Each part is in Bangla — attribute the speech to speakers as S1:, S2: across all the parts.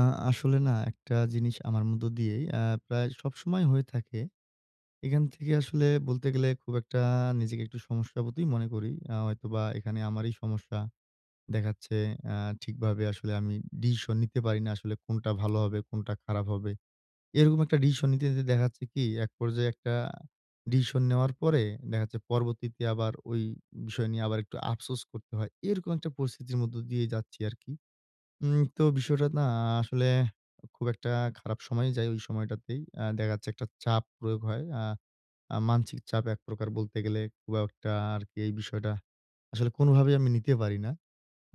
S1: আ আসলে না, একটা জিনিস আমার মধ্য দিয়েই প্রায় সবসময় হয়ে থাকে। এখান থেকে আসলে বলতে গেলে খুব একটা নিজেকে একটু সমস্যাবোধই মনে করি। হয়তোবা এখানে আমারই সমস্যা দেখাচ্ছে। আ ঠিকভাবে আসলে আমি ডিসিশন নিতে পারি না, আসলে কোনটা ভালো হবে, কোনটা খারাপ হবে। এরকম একটা ডিসিশন নিতে, নিতে দেখা যাচ্ছে কি এক পর্যায়ে একটা ডিসিশন নেওয়ার পরে দেখা যাচ্ছে পরবর্তীতে আবার ওই বিষয় নিয়ে আবার একটু আফসোস করতে হয়। এরকম একটা পরিস্থিতির মধ্য দিয়ে যাচ্ছি আরকি। তো বিষয়টা না আসলে খুব একটা খারাপ সময়ে যায় ওই সময়টাতেই। দেখা যাচ্ছে একটা চাপ প্রয়োগ হয়। আ আ মানসিক চাপ এক প্রকার বলতে গেলে খুব একটা আরকি এই বিষয়টা আসলে কোনোভাবেই আমি নিতে পারি না।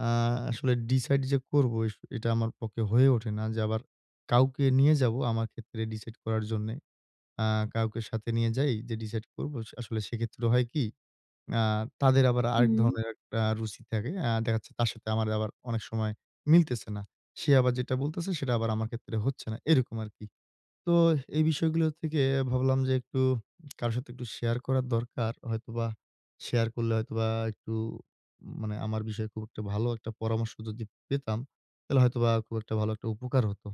S1: আ আসলে ডিসাইড যে করব এটা আমার পক্ষে হয়ে ওঠে না যে আবার কাউকে নিয়ে যাবো আমার ক্ষেত্রে ডিসাইড করার জন্যে। আ কাউকে সাথে নিয়ে যাই যে ডিসাইড করব। আসলে সেক্ষেত্রে হয় কি, আ তাদের আবার আরেক
S2: হুম।
S1: ধরনের একটা রুচি থাকে। দেখা যাচ্ছে তার সাথে আমার আবার অনেক সময় মিলতেছে না। সে আবার যেটা বলতেছে সেটা আবার আমার ক্ষেত্রে হচ্ছে না। এরকম আরকি। তো এই বিষয়গুলো থেকে ভাবলাম যে একটু কারো সাথে একটু শেয়ার করার দরকার। হয়তোবা শেয়ার করলে হয়তোবা একটু মানে আমার বিষয়ে খুব একটা ভালো একটা পরামর্শ যদি পেতাম, তাহলে হয়তোবা খুব একটা ভালো একটা উপকার হতো।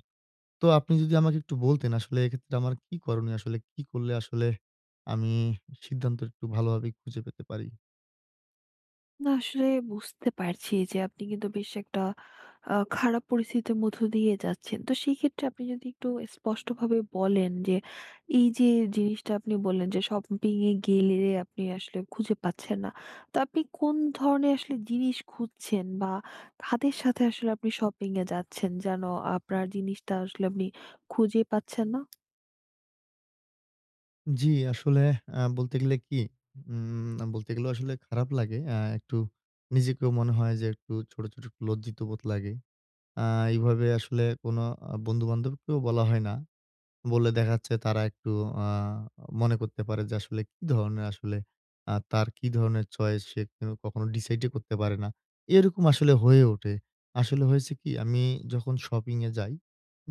S1: তো আপনি যদি আমাকে একটু বলতেন আসলে এক্ষেত্রে আমার কি করণীয়? আসলে কি করলে আসলে আমি সিদ্ধান্ত একটু ভালোভাবে খুঁজে পেতে পারি?
S2: না, আসলে বুঝতে পারছি যে আপনি কিন্তু বেশ একটা খারাপ পরিস্থিতির মধ্য দিয়ে যাচ্ছেন। তো সেই ক্ষেত্রে আপনি যদি একটু স্পষ্টভাবে বলেন যে এই যে জিনিসটা আপনি বললেন যে শপিং এ গেলে আপনি আসলে খুঁজে পাচ্ছেন না। তো আপনি কোন ধরনের আসলে জিনিস খুঁজছেন বা কাদের সাথে আসলে আপনি শপিং এ যাচ্ছেন যেন আপনার জিনিসটা আসলে আপনি খুঁজে পাচ্ছেন না?
S1: জি, আসলে, বলতে গেলে কি, না, বলতে গেলেও আসলে খারাপ লাগে। একটু নিজেকেও মনে হয় যে একটু ছোট, ছোট একটু লজ্জিত বোধ লাগে। আ এইভাবে আসলে কোনো বন্ধু-বান্ধবকেও বলা হয় না। বললে দেখা যাচ্ছে তারা একটু আ মনে করতে পারে যে আসলে কি ধরনের আসলে, তার কি ধরনের চয়েস, সে কখনো ডিসাইডই করতে পারে না। এরকম আসলে হয়ে ওঠে। আসলে হয়েছে কি, আমি যখন শপিং এ যাই,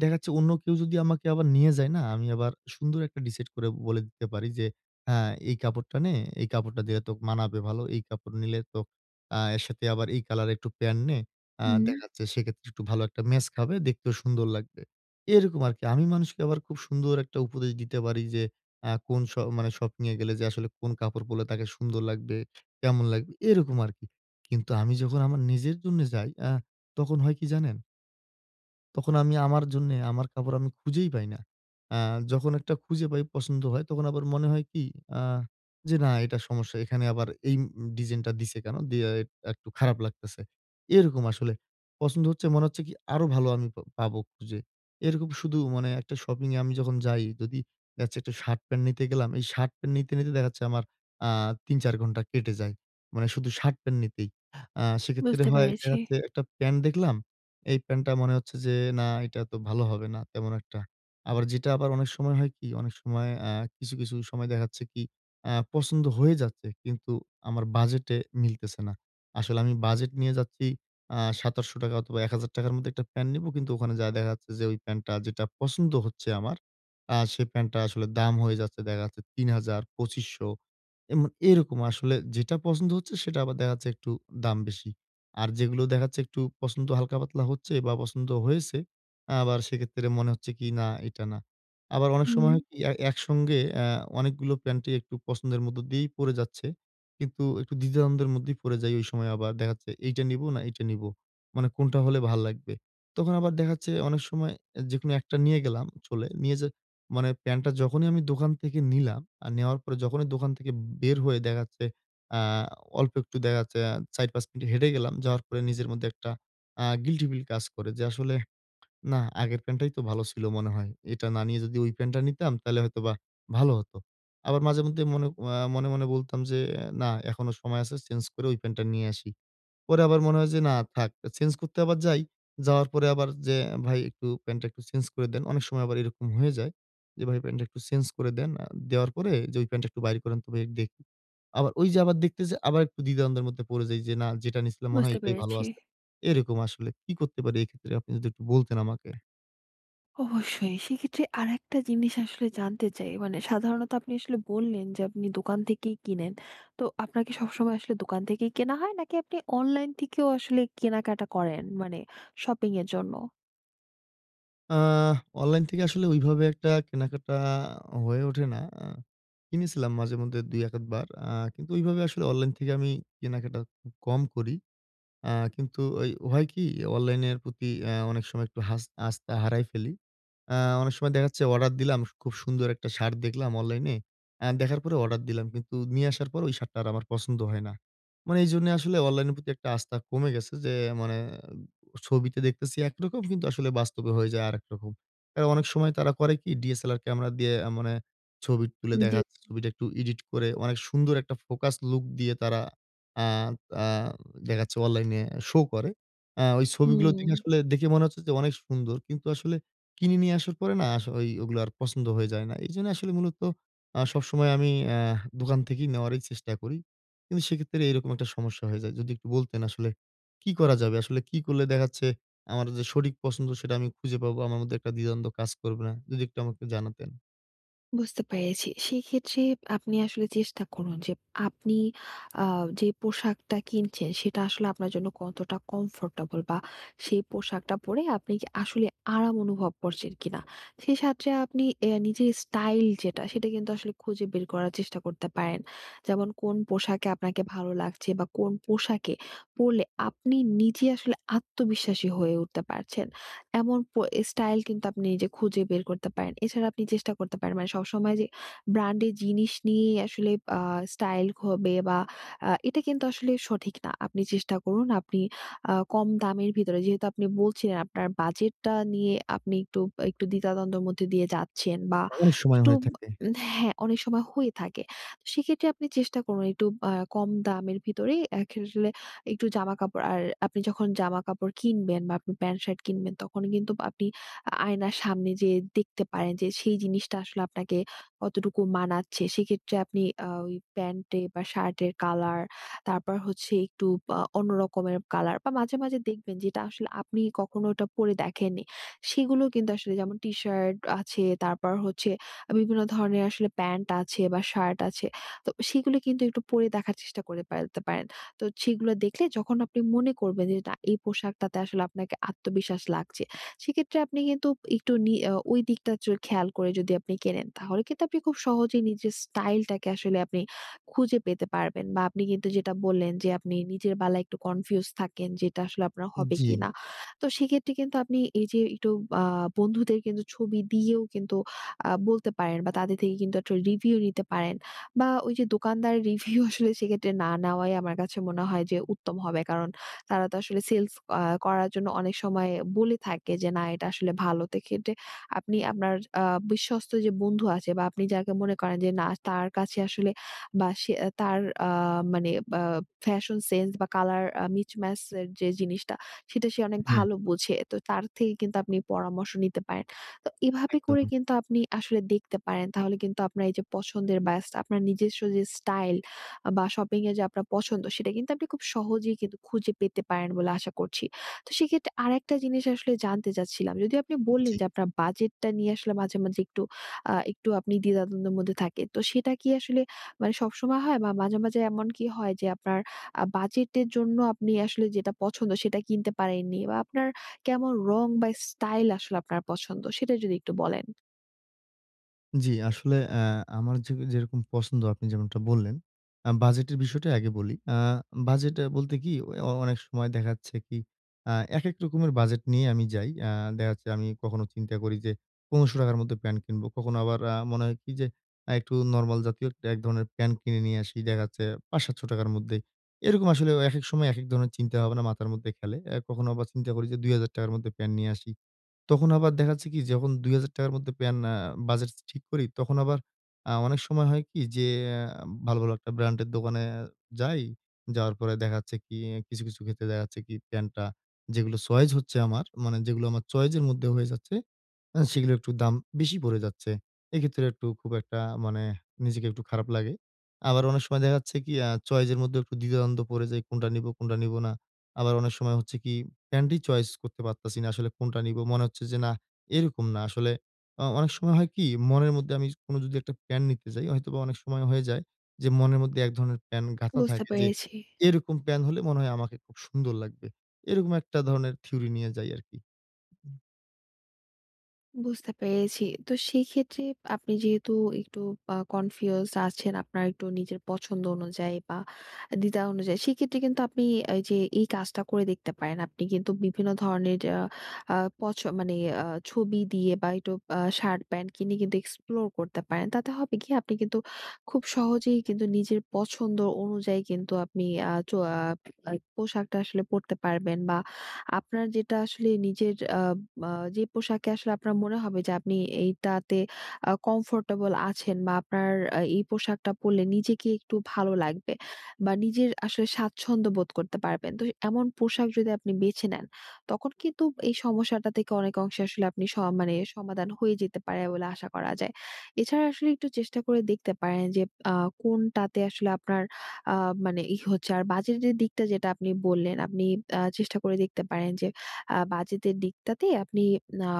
S1: দেখা যাচ্ছে অন্য কেউ যদি আমাকে আবার নিয়ে যায় না, আমি আবার সুন্দর একটা ডিসাইড করে বলে দিতে পারি যে, "হ্যাঁ, এই কাপড়টা নে, এই কাপড়টা দিলে তোকে মানাবে ভালো। এই কাপড় নিলে তো এর সাথে আবার এই কালারের একটু প্যান্ট নে।
S2: হুম,
S1: দেখা যাচ্ছে সেক্ষেত্রে একটু ভালো একটা ম্যাচ খাবে, দেখতেও সুন্দর লাগবে।" এরকম আরকি। আমি মানুষকে আবার খুব সুন্দর একটা উপদেশ দিতে পারি যে, কোন মানে শপিং এ গেলে যে আসলে কোন কাপড় পরলে তাকে সুন্দর লাগবে, কেমন লাগবে এরকম আরকি। কিন্তু আমি যখন আমার নিজের জন্য যাই, তখন হয় কি জানেন? তখন আমি আমার জন্যে আমার কাপড় আমি খুঁজেই পাই না। আ যখন একটা খুঁজে পাই পছন্দ হয়, তখন আবার মনে হয় কি, আ যে না এটা সমস্যা। এখানে আবার এই ডিজাইনটা দিছে কেন? দিয়ে একটু খারাপ লাগতেছে। এরকম আসলে। পছন্দ হচ্ছে, মনে হচ্ছে কি আরো ভালো আমি পাবো খুঁজে। এরকম শুধু মানে একটা শপিং এ আমি যখন যাই যদি দেখা যাচ্ছে একটা শার্ট প্যান্ট নিতে গেলাম। এই শার্ট প্যান্ট নিতে, নিতে দেখা যাচ্ছে আমার আ ৩-৪ ঘন্টা কেটে যায়। মানে শুধু শার্ট প্যান্ট নিতেই। সেক্ষেত্রে
S2: বুঝতে
S1: হয় দেখা
S2: পেরেছি।
S1: যাচ্ছে একটা প্যান্ট দেখলাম, এই প্যান্টটা মনে হচ্ছে যে না এটা তো ভালো হবে না তেমন একটা। আবার যেটা আবার অনেক সময় হয় কি, অনেক সময় কিছু, কিছু সময় দেখা যাচ্ছে কি পছন্দ হয়ে যাচ্ছে কিন্তু আমার বাজেটে মিলতেছে না। আসলে আমি বাজেট নিয়ে যাচ্ছি ৳৭,৮০০ অথবা ৳১,০০০ র মধ্যে একটা প্যান্ট নিবো কিন্তু ওখানে যায়া দেখা যাচ্ছে যে ওই প্যান্টটা যেটা পছন্দ হচ্ছে আমার, সেই প্যান্টটা আসলে দাম হয়ে যাচ্ছে দেখা যাচ্ছে ৳৩,০০০, ৳২,৫০০ এমন। এরকম আসলে যেটা পছন্দ হচ্ছে সেটা আবার দেখা যাচ্ছে একটু দাম বেশি। আর যেগুলো দেখা যাচ্ছে একটু পছন্দ হালকা-পাতলা হচ্ছে বা পছন্দ হয়েছে, আবার সেক্ষেত্রে মনে হচ্ছে কি না এটা না। আবার অনেক
S2: হুম,
S1: সময় হয় কি, একসঙ্গে অনেকগুলো প্যান্টই একটু পছন্দের মধ্য দিয়েই পড়ে যাচ্ছে। কিন্তু একটু দ্বিধাদ্বন্দ্বের মধ্যেই পড়ে যাই ওই সময়, আবার দেখা যাচ্ছে এইটা নিবো না এইটা নিবো। মানে কোনটা হলে ভাল লাগবে। তখন আবার দেখা যাচ্ছে অনেক সময়, যেকোনো একটা নিয়ে গেলাম চলে, নিয়ে যা মানে প্যান্টটা যখনই আমি দোকান থেকে নিলাম, আর নেওয়ার পরে যখনই দোকান থেকে বের হয়ে দেখা যাচ্ছে আ অল্প একটু দেখা যাচ্ছে ৪-৫ মিনিট হেঁটে গেলাম। যাওয়ার পরে নিজের মধ্যে একটা গিল্টি ফিল কাজ করে, যে আসলে না আগের প্যান্টটাই তো ভালো ছিল মনে হয়। এটা না নিয়ে যদি ওই প্যান্টটা নিতাম তাহলে হয়তোবা ভালো হতো। আবার মাঝে মধ্যে মনে, মনে বলতাম যে আহ, না এখনো সময় আছে চেঞ্জ করে ওই প্যান্টটা নিয়ে আসি। পরে আবার মনে হয় যে না থাক। চেঞ্জ করতে আবার যাই। যাওয়ার পরে আবার যে ভাই একটু প্যান্টটা একটু চেঞ্জ করে দেন। অনেক সময় আবার এরকম হয়ে যায় যে, ভাই প্যান্টটা একটু চেঞ্জ করে দেন। দেওয়ার পরে যে ওই প্যান্টটা একটু বাইর করেন তো ভাই দেখি। আবার ওই যে আবার দেখতেছি, আবার একটু দ্বিধাদ্বন্দ্বের মধ্যে পড়ে যাই যে না যেটা নিছিলাম মনে হয়
S2: বুঝতে
S1: এটাই ভালো
S2: পেরেছি।
S1: আছে। এরকম আসলে কি করতে পারি এক্ষেত্রে আপনি যদি একটু বলতেন আমাকে?
S2: অবশ্যই। সেক্ষেত্রে আরেকটা জিনিস আসলে জানতে চাই। মানে সাধারণত আপনি আসলে বললেন যে আপনি দোকান থেকেই কিনেন। তো আপনার কি সবসময় আসলে দোকান থেকেই কেনা হয় নাকি আপনি অনলাইন থেকেও আসলে কেনাকাটা করেন, মানে শপিং এর জন্য?
S1: আহ অনলাইন থেকে আসলে ওইভাবে একটা কেনাকাটা হয়ে ওঠে না। কিনেছিলাম মাঝেমধ্যে ২ ১ বার। কিন্তু ওইভাবে আসলে অনলাইন থেকে আমি কেনাকাটা খুব কম করি। আ কিন্তু ওই হয় কি? অনলাইনের প্রতি অনেক সময় একটু আস্থা হারায় ফেলি। আ অনেক সময় দেখা যাচ্ছে অর্ডার দিলাম, খুব সুন্দর একটা শার্ট দেখলাম অনলাইনে। দেখার পরে অর্ডার দিলাম। কিন্তু নিয়ে আসার পর ওই শার্টটা আর আমার পছন্দ হয় না। মানে এইজন্যে আসলে অনলাইনের প্রতি একটা আস্থা কমে গেছে যে মানে ছবিতে দেখতেছি একরকম কিন্তু আসলে বাস্তবে হয়ে যায় আরেক রকম। আর অনেক সময় তারা করে কি? DSLR ক্যামেরা দিয়ে মানে ছবি তুলে
S2: জি।
S1: দেখা যাচ্ছে ছবিটা একটু এডিট করে অনেক সুন্দর একটা ফোকাস লুক দিয়ে তারা আ আ দেখা যাচ্ছে অনলাইনে শো করে। ওই ছবিগুলো
S2: হুম।
S1: দেখে আসলে দেখে মনে হচ্ছে যে অনেক সুন্দর। কিন্তু আসলে কিনে নিয়ে আসার পরে না, ওই ওগুলো আর পছন্দ হয়ে যায় না। এইজন্য আসলে মূলত সবসময় আমি আ দোকান থেকেই নেওয়ারই চেষ্টা করি। কিন্তু সেক্ষেত্রে এরকম একটা সমস্যা হয়ে যায়। যদি একটু বলতেন আসলে কি করা যাবে? আসলে কি করলে দেখা যাচ্ছে আমার যে সঠিক পছন্দ সেটা আমি খুঁজে পাবো। আমার মধ্যে একটা দ্বিধাদ্বন্দ্ব কাজ করবে না। যদি একটু আমাকে জানাতেন।
S2: বুঝতে পেরেছি। সেক্ষেত্রে আপনি আসলে চেষ্টা করুন যে আপনি আ যে পোশাকটা কিনছেন সেটা আসলে আপনার জন্য কতটা কমফোর্টেবল বা সেই পোশাকটা পরে আপনি কি আসলে আরাম অনুভব করছেন কিনা। সেই সাথে আপনি নিজের স্টাইল যেটা সেটা কিন্তু আসলে খুঁজে বের করার চেষ্টা করতে পারেন। যেমন কোন পোশাকে আপনাকে ভালো লাগছে বা কোন পোশাকে পরলে আপনি নিজে আসলে আত্মবিশ্বাসী হয়ে উঠতে পারছেন। এমন স্টাইল কিন্তু আপনি নিজে খুঁজে বের করতে পারেন। এছাড়া আপনি চেষ্টা করতে পারেন, মানে সবসময় যে ব্র্যান্ডের জিনিস নিয়েই আসলে আ স্টাইল হবে বা এটা কিন্তু আসলে সঠিক না। আপনি চেষ্টা করুন আপনি কম দামের ভিতরে, যেহেতু আপনি বলছিলেন আপনার বাজেটটা নিয়ে আপনি একটু দ্বিধাদ্বন্দ্বের মধ্যে দিয়ে যাচ্ছেন বা
S1: অনেক সময়
S2: একটু।
S1: হয়ে থাকে।
S2: উম, হ্যাঁ, অনেক সময় হয়ে থাকে। তো সেক্ষেত্রে আপনি চেষ্টা করুন একটু কম দামের ভিতরে একটু জামাকাপড়। আর আপনি যখন জামাকাপড় কিনবেন বা আপনি প্যান্ট শার্ট কিনবেন, তখন কিন্তু আপনি আয়নার সামনে যেয়ে দেখতে পারেন যে সেই জিনিসটা আসলে আপনাকে কতটুকু মানাচ্ছে। সেক্ষেত্রে আপনি ওই প্যান্টে বা শার্টের কালার, তারপর হচ্ছে একটু অন্য রকমের কালার বা মাঝে, মাঝে দেখবেন যেটা আসলে আপনি কখনো ওটা পরে দেখেননি। সেগুলো কিন্তু আসলে, যেমন টি-শার্ট আছে, তারপর হচ্ছে বিভিন্ন ধরনের আসলে প্যান্ট আছে বা শার্ট আছে। তো সেগুলো কিন্তু একটু পরে দেখার চেষ্টা করে পারতে পারেন। তো সেগুলো দেখলে যখন আপনি মনে করবেন যে না, এই পোশাকটাতে আসলে আপনাকে আত্মবিশ্বাস লাগছে, সেক্ষেত্রে আপনি কিন্তু একটু নি আ ওই দিকটা খেয়াল করে যদি আপনি কেনেন, তাহলে কিন্তু আপনি খুব সহজেই নিজের স্টাইলটাকে আসলে আপনি খুঁজে পেতে পারবেন, বা আপনি কিন্তু যেটা বললেন যে আপনি নিজের বেলায় একটু কনফিউজ থাকেন যে এটা আসলে আপনার হবে
S1: জি,
S2: কিনা। তো সেক্ষেত্রে কিন্তু আপনি এই যে একটু আ বন্ধুদের কিন্তু ছবি দিয়েও কিন্তু বলতে পারেন বা তাদের থেকে কিন্তু একটা রিভিউ নিতে পারেন। বা ওই যে দোকানদারের রিভিউ আসলে সেক্ষেত্রে না নেওয়াই আমার কাছে মনে হয় যে উত্তম হবে। কারণ তারা তো আসলে সেলস করার জন্য অনেক সময় বলে থাকে যে, "না, এটা আসলে ভালো।" তো এক্ষেত্রে আপনি আপনার আ বিশ্বস্ত যে বন্ধু আছে বা আপনি যাকে মনে করেন যে না তার কাছে আসলে, বা সে, তার আ মানে, বা ফ্যাশন সেন্স বা কালার mismatch এর যে জিনিসটা, সেটা সে অনেক
S1: হ্যাঁ,
S2: ভালো বোঝে। তো তার থেকে কিন্তু আপনি পরামর্শ নিতে পারেন। তো এভাবে করে
S1: একদম।
S2: কিন্তু আপনি আসলে দেখতে পারেন। তাহলে কিন্তু আপনার এই যে পছন্দের বা আপনার নিজস্ব যে স্টাইল বা শপিং এর যে আপনার পছন্দ, সেটা কিন্তু আপনি খুব সহজেই কিন্তু খুঁজে পেতে পারেন বলে আশা করছি। তো সেক্ষেত্রে আরেকটা জিনিস আসলে জানতে চাচ্ছিলাম। যদিও আপনি বললেন
S1: জি।
S2: যে আপনার বাজেটটা নিয়ে আসলে মাঝে, মাঝে একটু, আ একটু আপনি দ্বিধাদ্বন্দ্বের মধ্যে থাকেন। তো সেটা কি আসলে, মানে সবসময় হয়, বা মাঝে, মাঝে এমন কি হয় যে আপনার বাজেটের জন্য আপনি আসলে যেটা পছন্দ সেটা কিনতে পারেননি, বা আপনার কেমন রং বা স্টাইল আসলে আপনার পছন্দ, সেটা যদি একটু বলেন?
S1: জি, আসলে, আমার যে যেরকম পছন্দ আপনি যেমনটা বললেন, বাজেটের বিষয়টা আগে বলি। বাজেট বলতে কি, অনেক সময় দেখা যাচ্ছে কি আ একেক রকমের বাজেট নিয়ে আমি যাই। দেখা যাচ্ছে আমি কখনো চিন্তা করি যে ৳১,৫০০ র মধ্যে প্যান্ট কিনবো। কখনো আবার মনে হয় কি যে একটু নরমাল জাতীয় একটা এক ধরনের প্যান্ট কিনে নিয়ে আসি। দেখা যাচ্ছে ৳৫০০-৳৭০০ র মধ্যে। এরকম আসলে একেক সময় একেক ধরনের চিন্তাভাবনা মাথার মধ্যে খেলে। কখনো আবার চিন্তা করি যে ৳২,০০০ র মধ্যে প্যান্ট নিয়ে আসি। তখন আবার দেখা যাচ্ছে কি যখন ৳২,০০০ র মধ্যে প্যান আ বাজেট ঠিক করি, তখন আবার অনেক সময় হয় কি যে আ ভালো, ভালো একটা ব্র্যান্ডের দোকানে যাই। যাওয়ার পরে দেখা যাচ্ছে কি কিছু, কিছু ক্ষেত্রে দেখা যাচ্ছে কি প্যান্টটা যেগুলো চয়েস হচ্ছে আমার, মানে যেগুলো আমার চয়েস এর মধ্যে হয়ে যাচ্ছে সেগুলো একটু দাম বেশি পড়ে যাচ্ছে। এক্ষেত্রে একটু খুব একটা মানে নিজেকে একটু খারাপ লাগে। আবার অনেক সময় দেখা যাচ্ছে কি চয়েস এর মধ্যে একটু দ্বিধাদ্বন্দ্ব পড়ে যাই কোনটা নিবো, কোনটা নিবো না। আবার অনেক সময় হচ্ছে কি প্যান্টই চয়েস করতে পারতেছি না আসলে কোনটা নিবো। মনে হচ্ছে যে না এরকম না আসলে, অনেক সময় হয় কি মনের মধ্যে আমি কোনো যদি একটা প্যান্ট নিতে যাই হয়তোবা অনেক সময় হয়ে যায় যে মনের মধ্যে এক ধরনের প্যান্ট গাঁথা
S2: বুঝতে
S1: থাকে যে
S2: পেরেছি।
S1: এরকম প্যান্ট হলে মনে হয় আমাকে খুব সুন্দর লাগবে। এরকম একটা ধরনের থিওরি নিয়ে যাই আরকি।
S2: বুঝতে পেরেছি। তো সেক্ষেত্রে আপনি যেহেতু একটু কনফিউজড আছেন আপনার একটু নিজের পছন্দ অনুযায়ী বা দ্বিধা অনুযায়ী, সেক্ষেত্রে কিন্তু আপনি এই যে এই কাজটা করে দেখতে পারেন। আপনি কিন্তু বিভিন্ন ধরনের আ আ পছ মানে ছবি দিয়ে বা একটু শার্ট প্যান্ট কিনে কিন্তু এক্সপ্লোর করতে পারেন। তাতে হবে কি, আপনি কিন্তু খুব সহজেই কিন্তু নিজের পছন্দ অনুযায়ী কিন্তু আপনি আ চ আ পোশাকটা আসলে পড়তে পারবেন, বা আপনার যেটা আসলে নিজের আ আ যে পোশাকে আসলে আপনার মনে হবে যে আপনি এইটাতে কমফোর্টেবল আছেন, বা আপনার এই পোশাকটা পরলে নিজেকে একটু ভালো লাগবে বা নিজের আসলে স্বাচ্ছন্দ্য বোধ করতে পারবেন। তো এমন পোশাক যদি আপনি বেছে নেন, তখন কিন্তু এই সমস্যাটা থেকে অনেক অংশে আসলে আপনি মানে সমাধান হয়ে যেতে পারে বলে আশা করা যায়। এছাড়া আসলে একটু চেষ্টা করে দেখতে পারেন যে আ কোনটাতে আসলে আপনার আ মানে ই হচ্ছে। আর বাজেটের দিকটা যেটা আপনি বললেন, আপনি চেষ্টা করে দেখতে পারেন যে বাজেতের দিকটাতে আপনি আ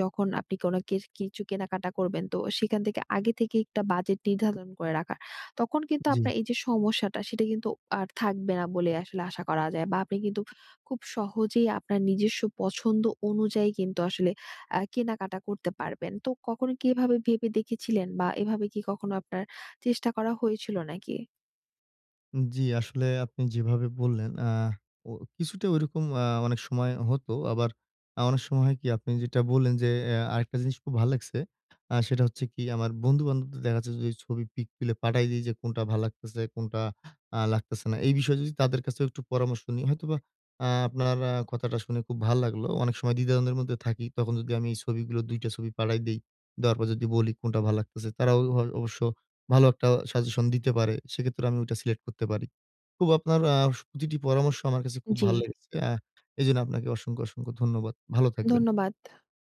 S2: যখন আপনি কোনো কিছু কেনাকাটা করবেন, তো সেখান থেকে আগে থেকে একটা বাজেট নির্ধারণ করে রাখা। তখন কিন্তু
S1: জি।
S2: আপনার এই যে সমস্যাটা সেটা কিন্তু আর থাকবে না বলে আসলে আশা করা যায়। বা আপনি কিন্তু খুব সহজেই আপনার নিজস্ব পছন্দ অনুযায়ী কিন্তু আসলে কেনাকাটা করতে পারবেন। তো কখনো কি এভাবে ভেবে দেখেছিলেন বা এভাবে কি কখনো আপনার চেষ্টা করা হয়েছিল নাকি?
S1: জি, আসলে আপনি যেভাবে বললেন, ও কিছুটা ঐরকম অনেক সময় হতো। আবার অনেক সময় হয় কি আপনি যেটা বললেন যে, আরেকটা জিনিস খুব ভাল লাগছে। সেটা হচ্ছে কি আমার বন্ধু-বান্ধবদের দেখা যাচ্ছে যদি ছবি পিক তুলে পাঠাই দেই যে কোনটা ভাল লাগতেছে, কোনটা লাগতেছে না। এই বিষয়ে যদি তাদের কাছেও একটু পরামর্শ নিই হয়তোবা, আপনার কথাটা শুনে খুব ভাল লাগলো। অনেক সময় দ্বিধাদ্বন্দ্বের মধ্যে থাকি। তখন যদি আমি এই ছবিগুলো ২ টা ছবি পাঠাই দেই, দেওয়ার পর যদি বলি কোনটা ভাল লাগতেছে, তারাও হয় অবশ্য ভালো একটা সাজেশন দিতে পারে। সেক্ষেত্রে আমি ওইটা সিলেক্ট করতে পারি। খুব আপনার, প্রতিটি পরামর্শ আমার কাছে খুব
S2: জি।
S1: ভাল লেগেছে। এজন্য আপনাকে অসংখ্য, অসংখ্য ধন্যবাদ। ভালো থাকবেন।
S2: ধন্যবাদ।